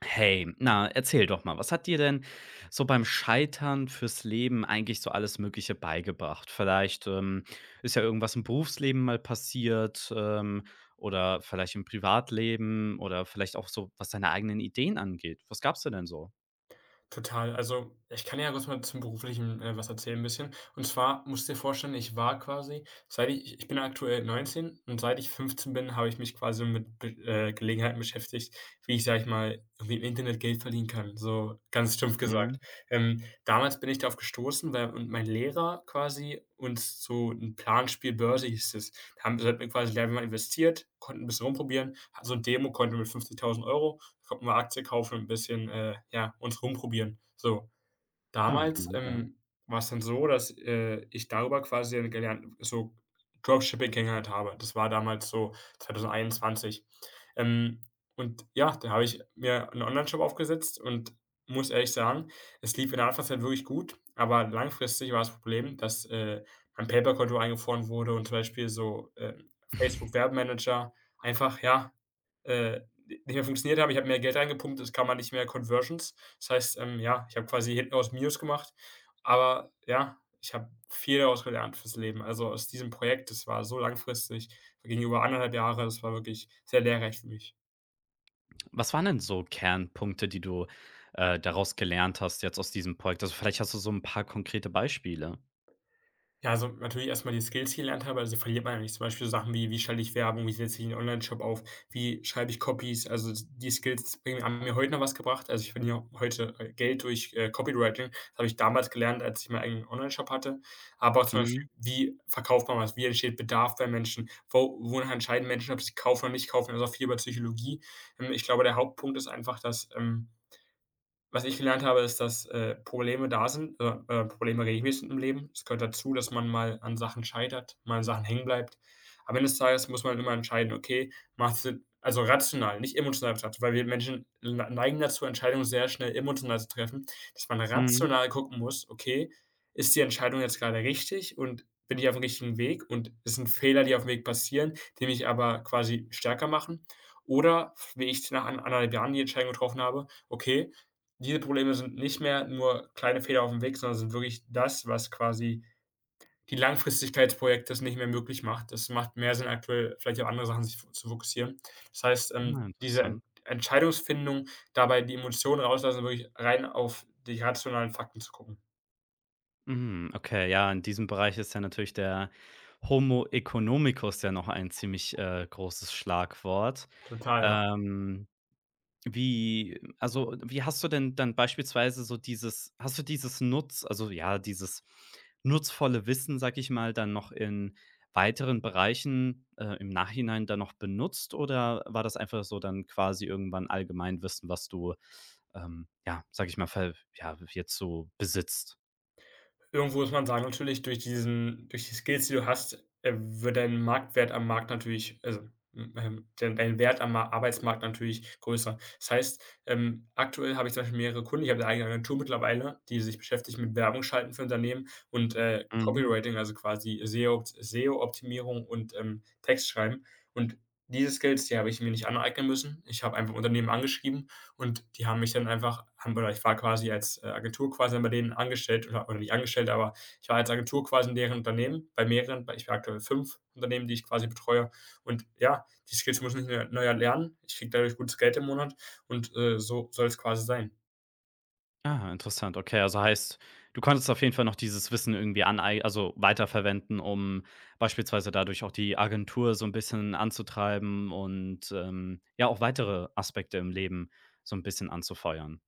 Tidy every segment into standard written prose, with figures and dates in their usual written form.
Hey, na, erzähl doch mal, was hat dir denn so beim Scheitern fürs Leben eigentlich so alles Mögliche beigebracht? Vielleicht, ist ja irgendwas im Berufsleben mal passiert, oder vielleicht im Privatleben oder vielleicht auch so, was deine eigenen Ideen angeht. Was gab's denn so? Total. Also, ich kann ja kurz mal zum Beruflichen, was erzählen ein bisschen. Und zwar musst du dir vorstellen, ich war quasi, seit ich bin aktuell 19, und seit ich 15 bin, habe ich mich quasi mit Be Gelegenheiten beschäftigt, wie ich, sage ich mal, irgendwie im Internet Geld verdienen kann, so ganz stumpf Mhm. gesagt. Damals bin ich darauf gestoßen, weil und mein Lehrer quasi uns so ein Planspiel Börse hieß es. Da haben sollten mir quasi lernen, mal investiert, konnten ein bisschen rumprobieren. Ha so ein Demo konnte mit 50.000 Euro kommt mal Aktie kaufen, und ein bisschen, ja, uns rumprobieren. So, Ah, Damals, genau, ja. ähm, war es dann so, dass, ich darüber quasi dann gelernt so Dropshipping kennengelernt habe. Das war damals so 2021. Ähm, und ja, da habe ich mir 'n Onlineshop aufgesetzt und muss ehrlich sagen, es lief in der Anfangszeit halt wirklich gut, aber langfristig war das Problem, dass, mein PayPal-Konto eingefroren wurde, und zum Beispiel so, Facebook-Werbemanager einfach, ja, äh, nicht mehr funktioniert haben. Ich habe mehr Geld reingepumpt, es kam halt nicht mehr Conversions. Das heißt, ja, ich habe quasi hinten raus Minus gemacht, aber ja, ich habe viel daraus gelernt fürs Leben. Also aus diesem Projekt, das war so langfristig, ging über anderthalb Jahre, das war wirklich sehr lehrreich für mich. Was waren denn so Kernpunkte, die du, daraus gelernt hast jetzt aus diesem Projekt? Also, vielleicht hast du so ein paar konkrete Beispiele. Ja, also natürlich erstmal die Skills die ich gelernt habe, also die verliert man ja nicht. Zum Beispiel so Sachen wie: Wie schalte ich Werbung? Wie setze ich einen Online Shop auf? Wie schreibe ich Copies? Also, s die Skills bringen haben mir heute noch was gebracht. Also, ich verdiene auch heute, Geld durch, Copywriting. Das habe ich damals gelernt, als ich meinen eigenen Online Shop hatte. Aber auch zum Beispiel, Mhm, wie verkauft man was? Wie entsteht Bedarf bei Menschen? Wo Wonach entscheiden Menschen, ob sie kaufen oder nicht kaufen? Also, auch viel über Psychologie. Ich glaube, der Hauptpunkt ist einfach, dass, was ich gelernt habe, ist, dass, Probleme da sind, Probleme regelmäßig sind im Leben. Es gehört dazu, dass man mal an Sachen scheitert, mal an Sachen hängen bleibt. Am Ende des Tages muss man immer entscheiden: „Okay, macht's Sinn“, also rational, nicht emotional betrachtet, weil wir Menschen neigen dazu, Entscheidungen sehr schnell emotional zu treffen, dass man mhm. rational gucken muss: „Okay, ist die Entscheidung jetzt gerade richtig und bin ich auf dem richtigen Weg, und es sind Fehler, die auf dem Weg passieren, die mich aber quasi stärker machen?“ Oder, wie ich nach an 1,5 Jahren die Entscheidung getroffen habe: „Okay, diese Probleme sind nicht mehr nur kleine Fehler auf dem Weg, sondern sind wirklich das, was quasi die Langfristigkeit des Projektes nicht mehr möglich macht. Es macht mehr Sinn, aktuell vielleicht auf andere Sachen sich f zu fokussieren. Das heißt, Ah, diese interessant. Entscheidungsfindung, dabei die Emotionen rauslassen, wirklich rein auf die rationalen Fakten zu gucken. Mhm, okay, ja, in diesem Bereich ist ja natürlich der Homo economicus ja noch ein ziemlich, großes Schlagwort. Total, ja. Ähm, wie Also, wie hast du denn dann beispielsweise so dieses hast du dieses Nutz also, ja, dieses nutzvolle Wissen, sage ich mal, dann noch in weiteren Bereichen, im Nachhinein dann noch benutzt oder war das einfach so dann quasi irgendwann Allgemeinwissen, was du, ja, sage ich mal, ver ja, jetzt so besitzt? Irgendwo muss man sagen, natürlich durch diesen durch die Skills, die du hast, wird dein Marktwert am Markt natürlich also, dein Wert am Ma Arbeitsmarkt natürlich größer. Das heißt, aktuell habe ich zum Beispiel mehrere Kunden. Ich habe eine eigene Agentur mittlerweile, die sich beschäftigt mit Werbung schalten für Unternehmen und, Mhm. Copywriting, also quasi SEO-Optimierung und, Textschreiben. Und diese Skills, die habe ich mir nicht aneignen müssen. Ich habe einfach Unternehmen angeschrieben, und die haben mich dann einfach haben oder ich war quasi als, Agentur quasi bei denen angestellt oder nicht angestellt, aber ich war als Agentur quasi in deren Unternehmen, bei mehreren bei ich habe aktuell 5 Unternehmen, die ich quasi betreue. Und ja, die Skills muss ich neu erlernen. Ich kriege dadurch gutes Geld im Monat und, so soll es quasi sein. Ah, interessant. Okay, also heißt, du konntest auf jeden Fall noch dieses Wissen irgendwie anei also weiterverwenden, um beispielsweise dadurch auch die Agentur so ein bisschen anzutreiben und, ja, auch weitere Aspekte im Leben so ein bisschen anzufeuern.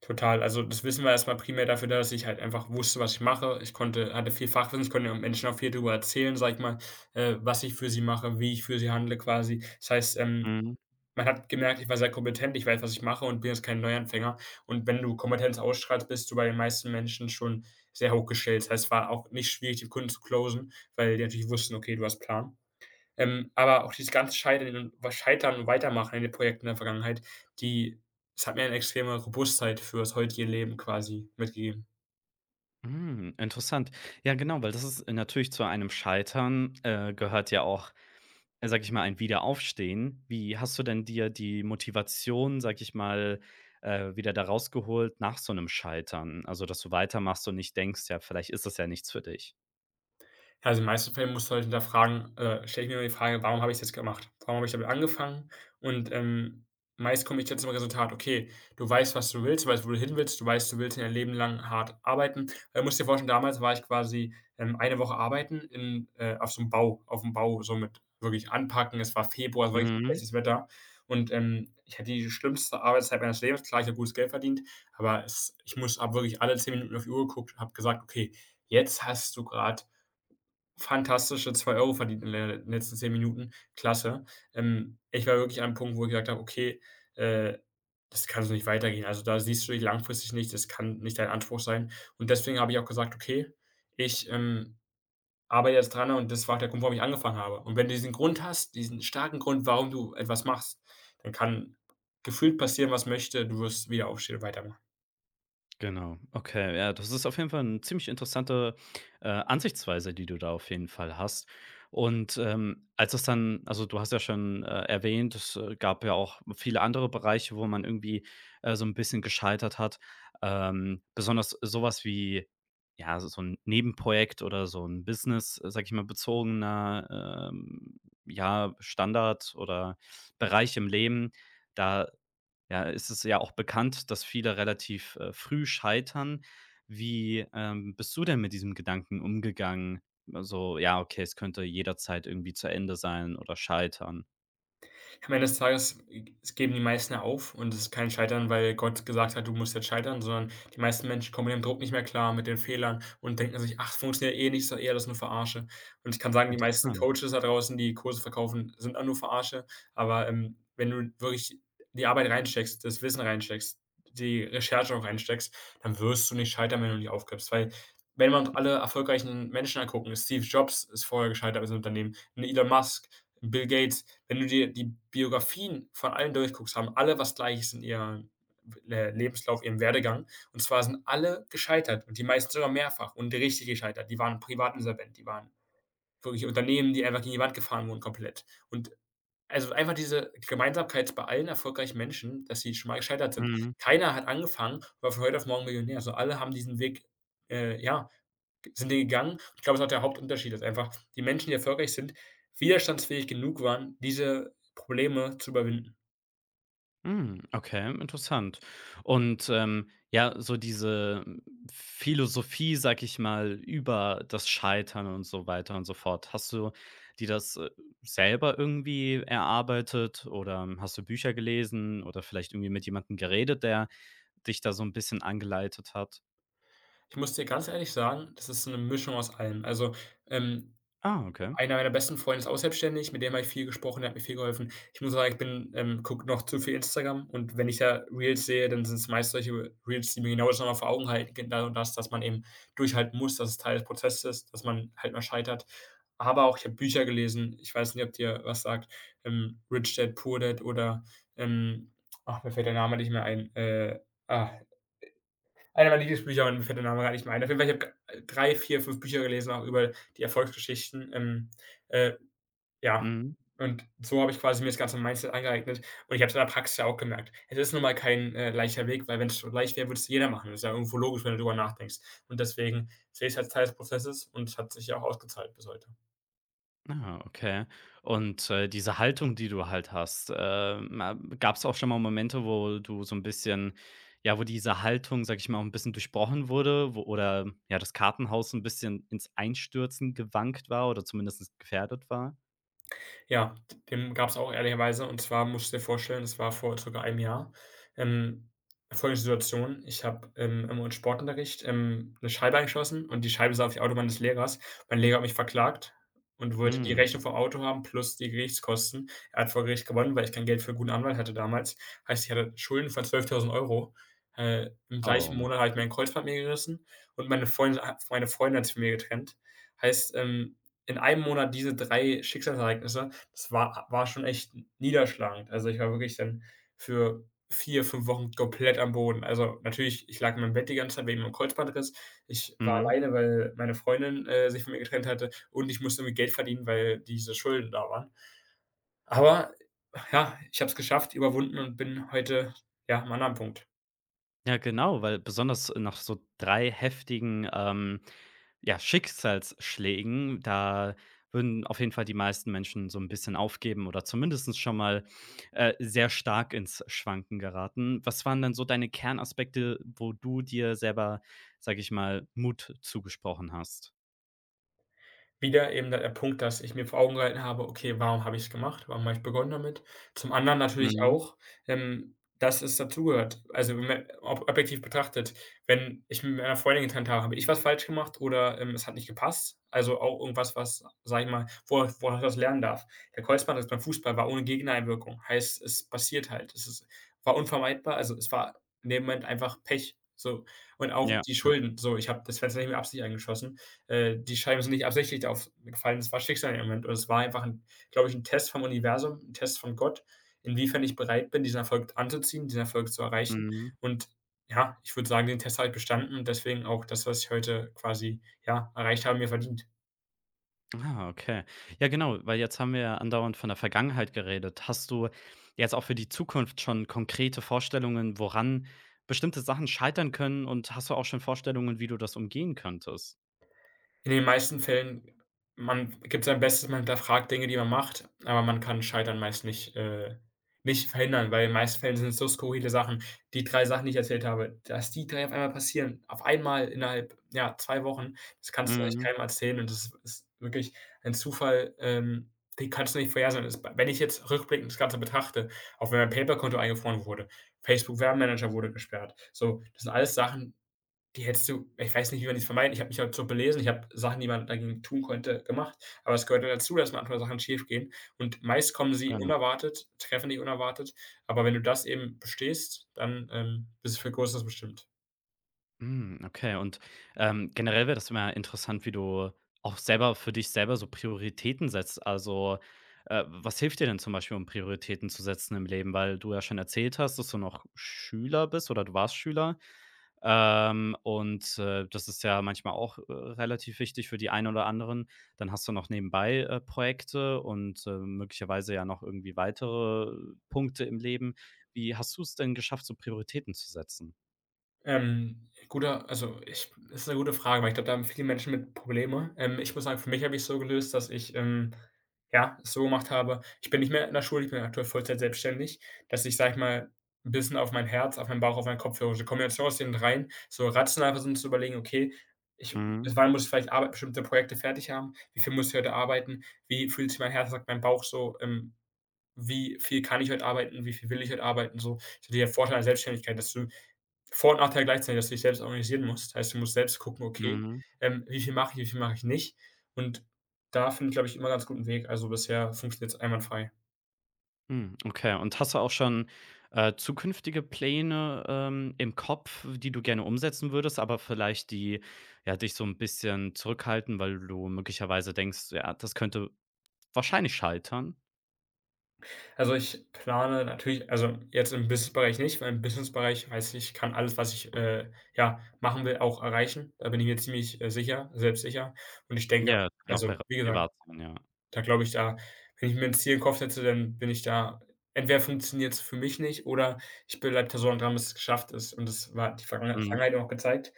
Total. Also, das Wissen war erstmal primär dafür da, dass ich halt einfach wusste, was ich mache. Ich konnte hatte viel Fachwissen, ich konnte den Menschen auch viel darüber erzählen, sag ich mal, was ich für sie mache, wie ich für sie handle quasi. Das heißt, Mhm. Man hat gemerkt, ich war sehr kompetent, ich weiß, was ich mache und bin jetzt kein Neuanfänger. Und wenn du Kompetenz ausstrahlst, bist du bei den meisten Menschen schon sehr hochgestellt. Das heißt, es war auch nicht schwierig, die Kunden zu closen, weil die natürlich wussten: „Okay, du hast Plan.“ Aber auch dieses ganze Scheitern und was Scheitern und Weitermachen in den Projekten in der Vergangenheit, die das hat mir eine extreme Robustheit für das heutige Leben quasi mitgegeben. Hm, interessant. Ja, genau, weil das ist natürlich zu einem Scheitern, gehört ja auch, sage ich mal, ein Wiederaufstehen. Wie hast du denn dir die Motivation, sage ich mal, wieder da rausgeholt nach so einem Scheitern? Also, dass du weitermachst und nicht denkst: „Ja, vielleicht ist das ja nichts für dich.“ Ja, also in den meisten Fällen musst du halt hinterfragen stelle ich mir immer die Frage: „Warum habe ich's jetzt gemacht? Warum habe ich damit angefangen?“ Und, meist komme ich jetzt zum Resultat: Okay, du weißt, was du willst, du weißt, wo du hin willst, du weißt, du willst dein Leben lang hart arbeiten. Weil du musst dir vorstellen, damals war ich quasi, eine Woche arbeiten in auf so 'm Bau auf dem Bau, so mit wirklich anpacken. Es war Februar, es war richtig Mhm. schlechtes Wetter und, ich hatte die schlimmste Arbeitszeit meines Lebens. Klar, ich habe gutes Geld verdient, aber es ich muss ab wirklich alle 10 Minuten auf die Uhr geguckt und habe gesagt: „Okay, jetzt hast du gerade fantastische 2 Euro verdient in den letzten 10 Minuten, klasse. Ich war wirklich an einem Punkt, wo ich gesagt habe: „Okay, äh, das kann so nicht weitergehen.“ Also, da siehst du dich langfristig nicht, das kann nicht dein Anspruch sein. Und deswegen habe ich auch gesagt: „Okay, ich, arbeite jetzt dran“, und das war auch der Grund, warum ich angefangen habe. Und wenn du diesen Grund hast, diesen starken Grund, warum du etwas machst, dann kann gefühlt passieren, was möchte, du wirst wieder aufstehen und weitermachen. Genau, okay, ja, das ist auf jeden Fall eine ziemlich interessante, Ansichtsweise, die du da auf jeden Fall hast. Und, als es dann also, du hast ja schon, erwähnt, es, gab ja auch viele andere Bereiche, wo man irgendwie, so ein bisschen gescheitert hat. Besonders sowas wie, ja, so 'n Nebenprojekt oder so ein Business, sage ich mal, bezogener, ja, Standard oder Bereich im Leben. Da ja, ist es ja auch bekannt, dass viele relativ, früh scheitern. Wie, bist du denn mit diesem Gedanken umgegangen? Also, ja, okay, es könnte jederzeit irgendwie zu Ende sein oder scheitern. Am Ende des Tages geben die meisten ja auf, und es ist kein Scheitern, weil Gott gesagt hat: „Du musst jetzt scheitern“, sondern die meisten Menschen kommen mit dem Druck nicht mehr klar, mit den Fehlern und denken sich: „Ach, funktioniert eh nicht, ist doch eh alles nur Verarsche.“ Und ich kann sagen, die meisten Interessant. Coaches da draußen, die Kurse verkaufen, sind auch nur Verarsche, aber, wenn du wirklich die Arbeit reinsteckst, das Wissen reinsteckst, die Recherche auch reinsteckst, dann wirst du nicht scheitern, wenn du nicht aufgibst. Weil wenn wir uns alle erfolgreichen Menschen angucken, Steve Jobs ist vorher gescheitert mit seinem Unternehmen, 'n Elon Musk, Bill Gates, wenn du dir die Biografien von allen durchguckst, haben alle was Gleiches in ihrem Le Lebenslauf, ihrem Werdegang. Und zwar sind alle gescheitert, und die meisten sogar mehrfach und richtig gescheitert. Die waren Privatinsolvent, die waren wirklich Unternehmen, die einfach gegen die Wand gefahren wurden komplett. Und also einfach diese Gemeinsamkeit bei allen erfolgreichen Menschen, dass sie schon mal gescheitert sind. Mhm. Keiner hat angefangen, war von heute auf morgen Millionär. Also alle haben diesen Weg, ja, sind die gegangen. Ich glaube, das ist auch der Hauptunterschied, dass einfach die Menschen, die erfolgreich sind, widerstandsfähig genug waren, diese Probleme zu überwinden. Hm, okay, interessant. Und, ja, so diese Philosophie, sag ich mal, über das Scheitern und so weiter und so fort. Hast du dir das, selber irgendwie erarbeitet oder hast du Bücher gelesen oder vielleicht irgendwie mit jemandem geredet, der dich da so ein bisschen angeleitet hat? Ich muss dir ganz ehrlich sagen, das ist so eine Mischung aus allem. Also, ähm, Ah, okay. einer meiner besten Freunde ist auch selbstständig, mit dem habe ich viel gesprochen, der hat mir viel geholfen. Ich muss sagen, ich bin gucke noch zu viel Instagram, und wenn ich da Reels sehe, dann sind es meist solche Reels, die mir genau das nochmal vor Augen halten, genau das, dass man eben durchhalten muss, dass es Teil des Prozesses ist, dass man halt mal scheitert. Aber auch ich habe Bücher gelesen, ich weiß nicht, ob dir was sagt, „Rich Dad, Poor Dad“ oder, ähm ach, mir fällt der Name nicht mehr ein. Ah, Einer meiner Lieblingsbücher und mir fällt der Name gar nicht mehr ein. Auf jeden Fall, ich habe g 3, 4, 5 Bücher gelesen, auch über die Erfolgsgeschichten, äh ja, Mhm. und so habe ich quasi mir das ganze Mindset angeeignet, und ich habe es in der Praxis ja auch gemerkt. Es ist nun mal kein, leichter Weg, weil wenn's so leicht wäre, würde es jeder machen. Das ist ja irgendwo logisch, wenn du darüber nachdenkst. Und deswegen sehe ich es als Teil des Prozesses, und es hat sich ja auch ausgezahlt bis heute. Ah, okay. Und, diese Haltung, die du halt hast, a gab's auch schon mal Momente, wo du so ein bisschen ja, wo diese Haltung, sag ich mal, auch 'n bisschen durchbrochen wurde, wo oder ja, das Kartenhaus so ein bisschen ins Einstürzen gewankt war oder zumindest gefährdet war? Ja, d den gab's auch ehrlicherweise, und zwar musst du dir vorstellen, das war vor circa einem Jahr, ähm, folgende Situation: Ich habe im Sportunterricht, 'ne Scheibe eingeschossen, und die Scheibe saß auf die Auto meines Lehrers. Mein Lehrer hat mich verklagt und wollte die Mhm. Rechnung vom Auto haben plus die Gerichtskosten. Er hat vor Gericht gewonnen, weil ich kein Geld für 'n guten Anwalt hatte damals. Heißt, ich hatte Schulden von 12.000 Euro. Im gleichen Oh. Monat habe ich mir 'n Kreuzband mir gerissen, und meine Freundin hat sich von mir getrennt. Heißt, in einem Monat diese 3 Schicksalsereignisse, das war schon echt niederschlagend. Also, ich war wirklich dann für 4, 5 Wochen komplett am Boden. Also, natürlich, ich lag in meinem Bett die ganze Zeit wegen meinem Kreuzbandriss. Ich war Mhm. alleine, weil meine Freundin, sich von mir getrennt hatte, und ich musste irgendwie Geld verdienen, weil diese Schulden da waren. Aber ja, ich habe es geschafft, überwunden und bin heute, ja, am anderen Punkt. Ja, genau, weil besonders nach so 3 heftigen, ja, Schicksalsschlägen, da würden auf jeden Fall die meisten Menschen so ein bisschen aufgeben oder zumindest schon mal, sehr stark ins Schwanken geraten. Was waren denn so deine Kernaspekte, wo du dir selber, sage ich mal, Mut zugesprochen hast? Wieder eben der Punkt, dass ich mir vor Augen gehalten habe: „Okay, warum habe ich es gemacht? Warum habe ich begonnen damit?“ Zum anderen natürlich Mhm. auch, dass es dazugehört. Also, wenn man ob objektiv betrachtet, wenn ich mich mit meiner Freundin getrennt habe, habe ich was falsch gemacht oder, es hat nicht gepasst? Also, auch irgendwas, was, sage ich mal, wo woraus ich was lernen darf. Der Kreuzband jetzt beim Fußball war ohne Gegeneinwirkung, heißt, es passiert halt. Es ist, war unvermeidbar, also, es war in dem Moment einfach Pech, so. Und auch Ja, die ja. Schulden, so, ich habe das Fenster nicht mit Absicht eingeschossen, die Scheibe sind nicht absichtlich darauf gefallen, es war Schicksal im Moment. Und es war einfach, ein, glaube ich, ein Test vom Universum, ein Test von Gott, inwiefern ich bereit bin, diesen Erfolg anzuziehen, diesen Erfolg zu erreichen. Mhm. Und ja, ich würde sagen, den Test habe ich bestanden und deswegen auch das, was ich heute quasi, ja, erreicht habe, mir verdient. Ah, okay. Ja, genau, weil jetzt haben wir ja andauernd von der Vergangenheit geredet. Hast du jetzt auch für die Zukunft schon konkrete Vorstellungen, woran bestimmte Sachen scheitern können und hast du auch schon Vorstellungen, wie du das umgehen könntest? In den meisten Fällen, man gibt sein Bestes, man hinterfragt Dinge, die man macht, aber man kann Scheitern meist nicht verhindern, weil in den meisten Fällen sind es so skurrile Sachen. Die 3 Sachen, die ich erzählt habe, dass die 3 auf einmal passieren, auf einmal innerhalb, ja, 2 Wochen, das kannst du eigentlich Mhm, keinem erzählen, und das ist wirklich ein Zufall, den kannst du nicht vorhersehen. Das, wenn ich jetzt rückblickend das Ganze betrachte, auch wenn mein PayPal-Konto eingefroren wurde, Facebook-Werbemanager wurde gesperrt. So, das sind alles Sachen, die hättest du, ich weiß nicht, wie man das vermeiden, ich habe mich halt so belesen, ich habe Sachen, die man dagegen tun konnte, gemacht, aber es gehört ja dazu, dass manchmal Sachen schief gehen. Und meist kommen sie genau. unerwartet, treffen dich unerwartet, aber wenn du das eben bestehst, dann, bist du für Großes bestimmt. Hm, okay und, generell wäre das immer interessant, wie du auch selber für dich selber so Prioritäten setzt. Also, was hilft dir denn zum Beispiel, um Prioritäten zu setzen im Leben? Weil du ja schon erzählt hast, dass du noch Schüler bist oder du warst Schüler. Und, das ist ja manchmal auch, relativ wichtig für die einen oder anderen. Dann hast du noch nebenbei, Projekte und, möglicherweise ja noch irgendwie weitere Punkte im Leben. Wie hast du es denn geschafft, so Prioritäten zu setzen? Guter Also, ich, das ist eine gute Frage, weil ich glaube, da haben viele Menschen mit Probleme. Ich muss sagen, für mich habe ich es so gelöst, dass ich, ja, es so gemacht habe, ich bin nicht mehr in der Schule, ich bin aktuell Vollzeit selbstständig, dass ich, sage ich mal, ein bisschen auf mein Herz, auf meinen Bauch, auf meinen Kopf höre. So Kombination aus den 3, so rational versuchen zu überlegen: „Okay, ich, Mhm, bis wann muss ich vielleicht Arbeit, bestimmte Projekte fertig haben? Wie viel muss ich heute arbeiten? Wie fühlt sich mein Herz, sagt mein Bauch so, wie viel kann ich heute arbeiten? Wie viel will ich heute arbeiten?“ So, das ist der Vorteil an Selbstständigkeit, dass du, Vor- und Nachteil gleichzeitig, dass du dich selbst organisieren musst. Das heißt, du musst selbst gucken: „Okay, mhm. Wie viel mache ich, wie viel mache ich nicht?“ Und da finde ich, glaube ich, immer ganz guten Weg. Also, bisher funktioniert es einwandfrei. Hm, okay. Und hast du auch schon, zukünftige Pläne, im Kopf, die du gerne umsetzen würdest, aber vielleicht die, ja, dich so ein bisschen zurückhalten, weil du möglicherweise denkst: „Ja, das könnte wahrscheinlich scheitern?“ Also, ich plane natürlich, also, jetzt im Businessbereich nicht, weil im Businessbereich weiß ich, ich kann alles, was ich, ja, machen will, auch erreichen. Da bin ich mir ziemlich, sicher, selbstsicher, und ich denke, Ja, das kann auch also, wie gesagt, privat sein, ja. da glaube ich, da, wenn ich mir ein Ziel im Kopf setze, dann bin ich da, entweder funktioniert es für mich nicht, oder ich bin halt da so dran, bis es geschafft ist, und das war die Vergangenheit Mhm. Vergangenheit auch gezeigt.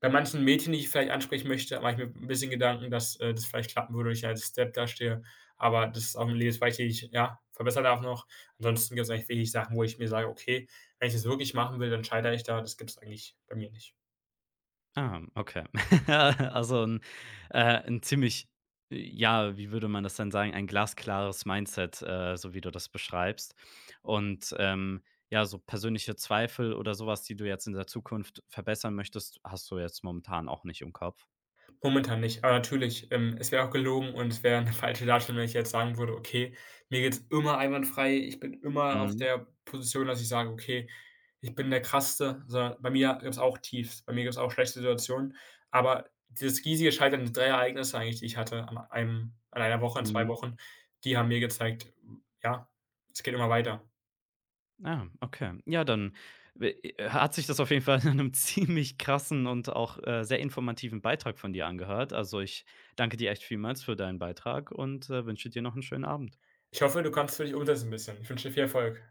Bei manchen Mädchen, die ich vielleicht ansprechen möchte, mache ich mir ein bisschen Gedanken, dass, das vielleicht klappen würde, ich als Depp dastehe, aber das ist auch 'ne Lebensweise, die ich, ja, verbessern darf noch. Ansonsten gibt es eigentlich wenig Sachen, wo ich mir sage: „Okay, wenn ich das wirklich machen will, dann scheitere ich da.“ Das gibt es eigentlich bei mir nicht. Ah, okay. Also ein 'n ziemlich ja, wie würde man das dann sagen, ein glasklares Mindset, so wie du das beschreibst. Und, ja, so persönliche Zweifel oder sowas, die du jetzt in der Zukunft verbessern möchtest, hast du jetzt momentan auch nicht im Kopf? Momentan nicht, aber natürlich, es wäre auch gelogen und es wäre 'ne falsche Darstellung, wenn ich jetzt sagen würde: „Okay, mir geht's immer einwandfrei. Ich bin immer auf Mhm, der Position, dass ich sage: Okay, ich bin der Krasseste.“ Sondern bei mir gibt's auch Tiefs, bei mir gibt's auch schlechte Situationen, aber dieses riesige Scheitern, die 3 Ereignisse eigentlich, die ich hatte an einem an einer Woche, in 2 mhm. Wochen, die haben mir gezeigt, ja, es geht immer weiter. Ah, okay. Ja, dann w hat sich das auf jeden Fall in einem ziemlich krassen und auch, sehr informativen Beitrag von dir angehört. Also, ich danke dir echt vielmals für deinen Beitrag und, wünsche dir noch einen schönen Abend. Ich hoffe, du kannst es für dich umsetzen 'n bisschen. Ich wünsche dir viel Erfolg.